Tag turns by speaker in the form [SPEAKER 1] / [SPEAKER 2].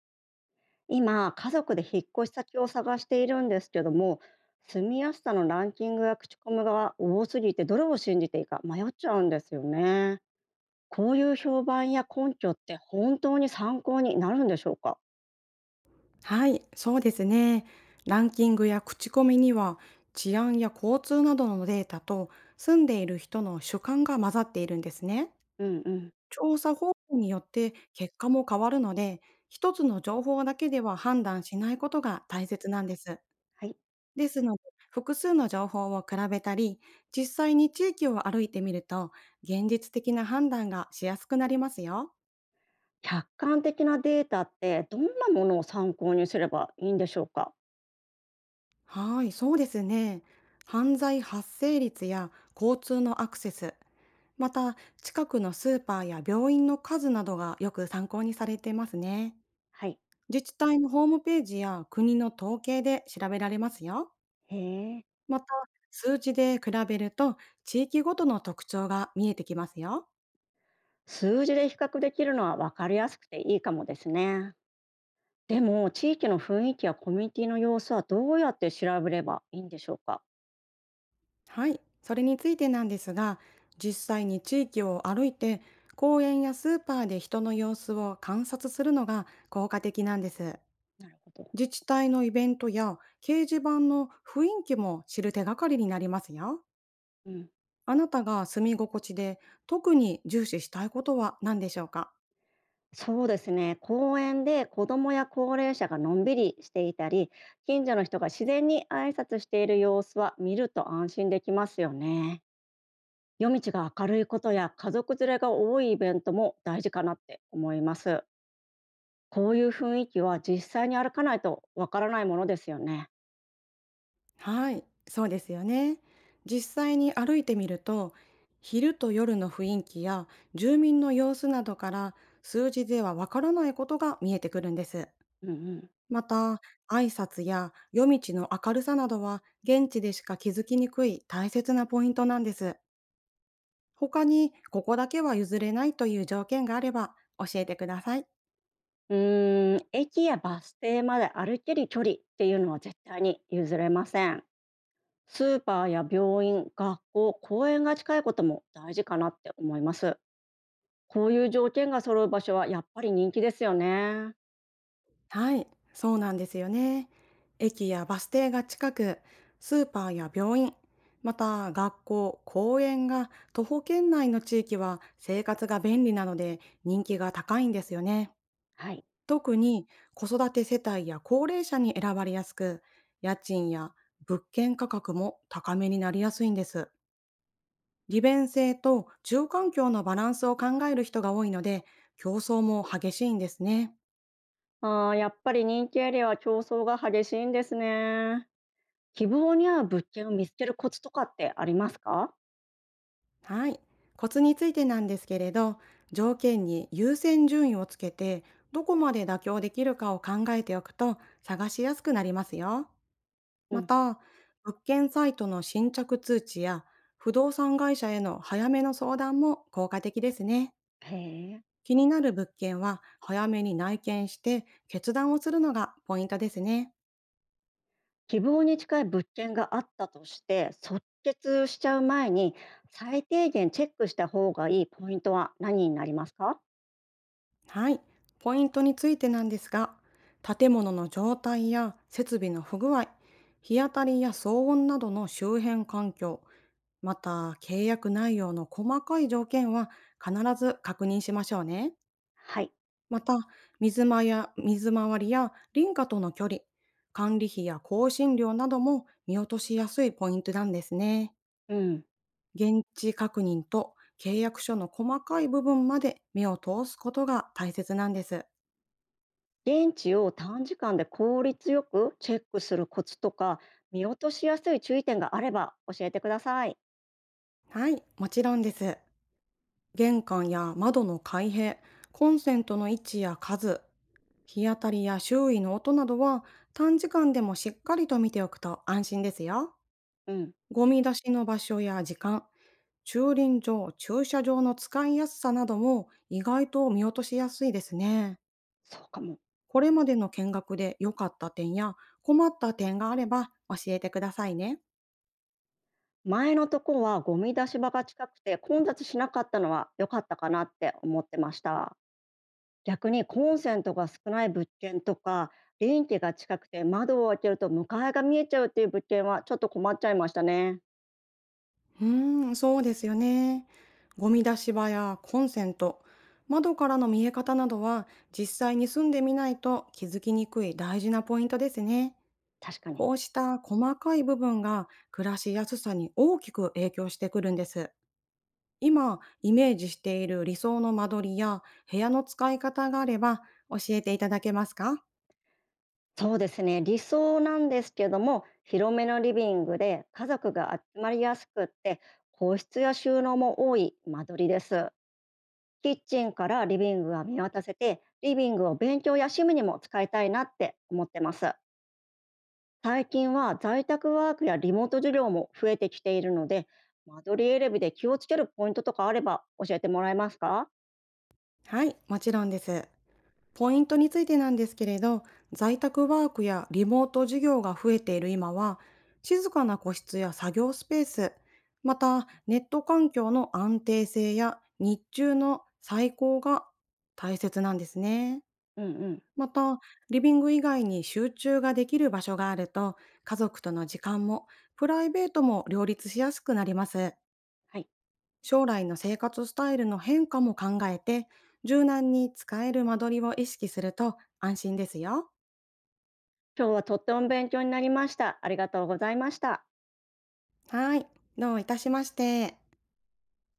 [SPEAKER 1] 今、家族で引っ越し先を探しているんですけども、住みやすさのランキングや口コミが多すぎて、どれを信じていいか迷っちゃうんですよね。こういう評判や根拠って本当に参考になるんでしょうか？
[SPEAKER 2] はい、そうですね。ランキングや口コミには治安や交通などのデータと住んでいる人の主観が混ざっているんですね。
[SPEAKER 1] うんうん。
[SPEAKER 2] 調査方法によって結果も変わるので、一つの情報だけでは判断しないことが大切なんです。
[SPEAKER 1] はい。
[SPEAKER 2] ですので、複数の情報を比べたり、実際に地域を歩いてみると、現実的な判断がしやすくなりますよ。
[SPEAKER 1] 客観的なデータってどんなものを参考にすればいいんでしょうか？
[SPEAKER 2] はい、そうですね。犯罪発生率や交通のアクセス、また近くのスーパーや病院の数などがよく参考にされてますね。
[SPEAKER 1] はい。
[SPEAKER 2] 自治体のホームページや国の統計で調べられますよ。
[SPEAKER 1] へえ。
[SPEAKER 2] また、数字で比べると地域ごとの特徴が見えてきますよ。
[SPEAKER 1] 数字で比較できるのは分かりやすくていいかもですね。でも、地域の雰囲気やコミュニティの様子はどうやって調べればいいんでしょうか？
[SPEAKER 2] はい、それについてなんですが、実際に地域を歩いて公園やスーパーで人の様子を観察するのが効果的なんです。
[SPEAKER 1] なるほど。
[SPEAKER 2] 自治体のイベントや掲示板の雰囲気も知る手がかりになりますよ。
[SPEAKER 1] うん、
[SPEAKER 2] あなたが住み心地で特に重視したいことは何でしょうか？
[SPEAKER 1] そうですね。公園で子どもや高齢者がのんびりしていたり、近所の人が自然に挨拶している様子は見ると安心できますよね。夜道が明るいことや家族連れが多いイベントも大事かなって思います。こういう雰囲気は実際に歩かないとわからないものですよね。
[SPEAKER 2] はい、そうですよね。実際に歩いてみると、昼と夜の雰囲気や住民の様子などから数字ではわからないことが見えてくるんです。
[SPEAKER 1] うんうん。
[SPEAKER 2] また、挨拶や夜道の明るさなどは現地でしか気づきにくい大切なポイントなんです。他にここだけは譲れないという条件があれば教えてください。
[SPEAKER 1] うーん、駅やバス停まで歩ける距離っていうのは絶対に譲れません。スーパーや病院、学校、公園が近いことも大事かなって思います。こういう条件が揃う場所はやっぱり人気ですよね。
[SPEAKER 2] はい、そうなんですよね。駅やバス停が近く、スーパーや病院、また学校、公園が徒歩圏内の地域は生活が便利なので人気が高いんですよね。
[SPEAKER 1] はい。
[SPEAKER 2] 特に子育て世帯や高齢者に選ばれやすく、家賃や物件価格も高めになりやすいんです。利便性と住環境のバランスを考える人が多いので、競争も激しいんですね。
[SPEAKER 1] あー、やっぱり人気エリアは競争が激しいんですね。希望に合う物件を見つけるコツとかってありますか？
[SPEAKER 2] はい。コツについてなんですけれど、条件に優先順位をつけて、どこまで妥協できるかを考えておくと探しやすくなりますよ。
[SPEAKER 1] う
[SPEAKER 2] ま
[SPEAKER 1] ん。
[SPEAKER 2] た、物件サイトの新着通知や不動産会社への早めの相談も効果的ですね。
[SPEAKER 1] へえ。
[SPEAKER 2] 気になる物件は早めに内見して決断をするのがポイントですね。
[SPEAKER 1] 希望に近い物件があったとして即決しちゃう前に、最低限チェックした方がいいポイントは何になりますか？
[SPEAKER 2] はい、ポイントについてなんですが、建物の状態や設備の不具合、日当たりや騒音などの周辺環境、また契約内容の細かい条件は必ず確認しましょうね。
[SPEAKER 1] はい、
[SPEAKER 2] また、水間や水回りや林家との距離、管理費や更新料なども見落としやすいポイントなんですね。
[SPEAKER 1] うん、
[SPEAKER 2] 現地確認と契約書の細かい部分まで目を通すことが大切なんです。
[SPEAKER 1] 現地を短時間で効率よくチェックするコツとか見落としやすい注意点があれば教えてください。
[SPEAKER 2] はい、もちろんです。玄関や窓の開閉、コンセントの位置や数、日当たりや周囲の音などは短時間でもしっかりと見ておくと安心ですよ。
[SPEAKER 1] うん、
[SPEAKER 2] ゴミ出しの場所や時間、駐輪場、駐車場の使いやすさなども意外と見落としやすいですね。
[SPEAKER 1] そうかも。
[SPEAKER 2] これまでの見学で良かった点や困った点があれば教えてくださいね。
[SPEAKER 1] 前のとこはゴミ出し場が近くて混雑しなかったのは良かったかなって思ってました。逆にコンセントが少ない物件とか、電気が近くて窓を開けると向かいが見えちゃうっていう物件はちょっと困っちゃいましたね。
[SPEAKER 2] うーん、そうですよね。ゴミ出し場やコンセント、窓からの見え方などは実際に住んでみないと気づきにくい大事なポイントですね。
[SPEAKER 1] 確かに。
[SPEAKER 2] こうした細かい部分が暮らしやすさに大きく影響してくるんです。今イメージしている理想の間取りや部屋の使い方があれば教えていただけますか？
[SPEAKER 1] そうですね、理想なんですけども、広めのリビングで家族が集まりやすくって、個室や収納も多い間取りです。キッチンからリビングは見渡せて、リビングを勉強や趣味にも使いたいなって思ってます。最近は在宅ワークやリモート授業も増えてきているので、間取り選びで気をつけるポイントとかあれば教えてもらえますか？
[SPEAKER 2] はい、もちろんです。ポイントについてなんですけれど、在宅ワークやリモート授業が増えている今は、静かな個室や作業スペース、またネット環境の安定性や日中の再考が大切なんですね。
[SPEAKER 1] うんうん。
[SPEAKER 2] また、リビング以外に集中ができる場所があると、家族との時間もプライベートも両立しやすくなります。
[SPEAKER 1] はい。
[SPEAKER 2] 将来の生活スタイルの変化も考えて、柔軟に使える間取りを意識すると安心ですよ。
[SPEAKER 1] 今日はとっても勉強になりました。ありがとうございました。
[SPEAKER 2] はい、どういたしまして。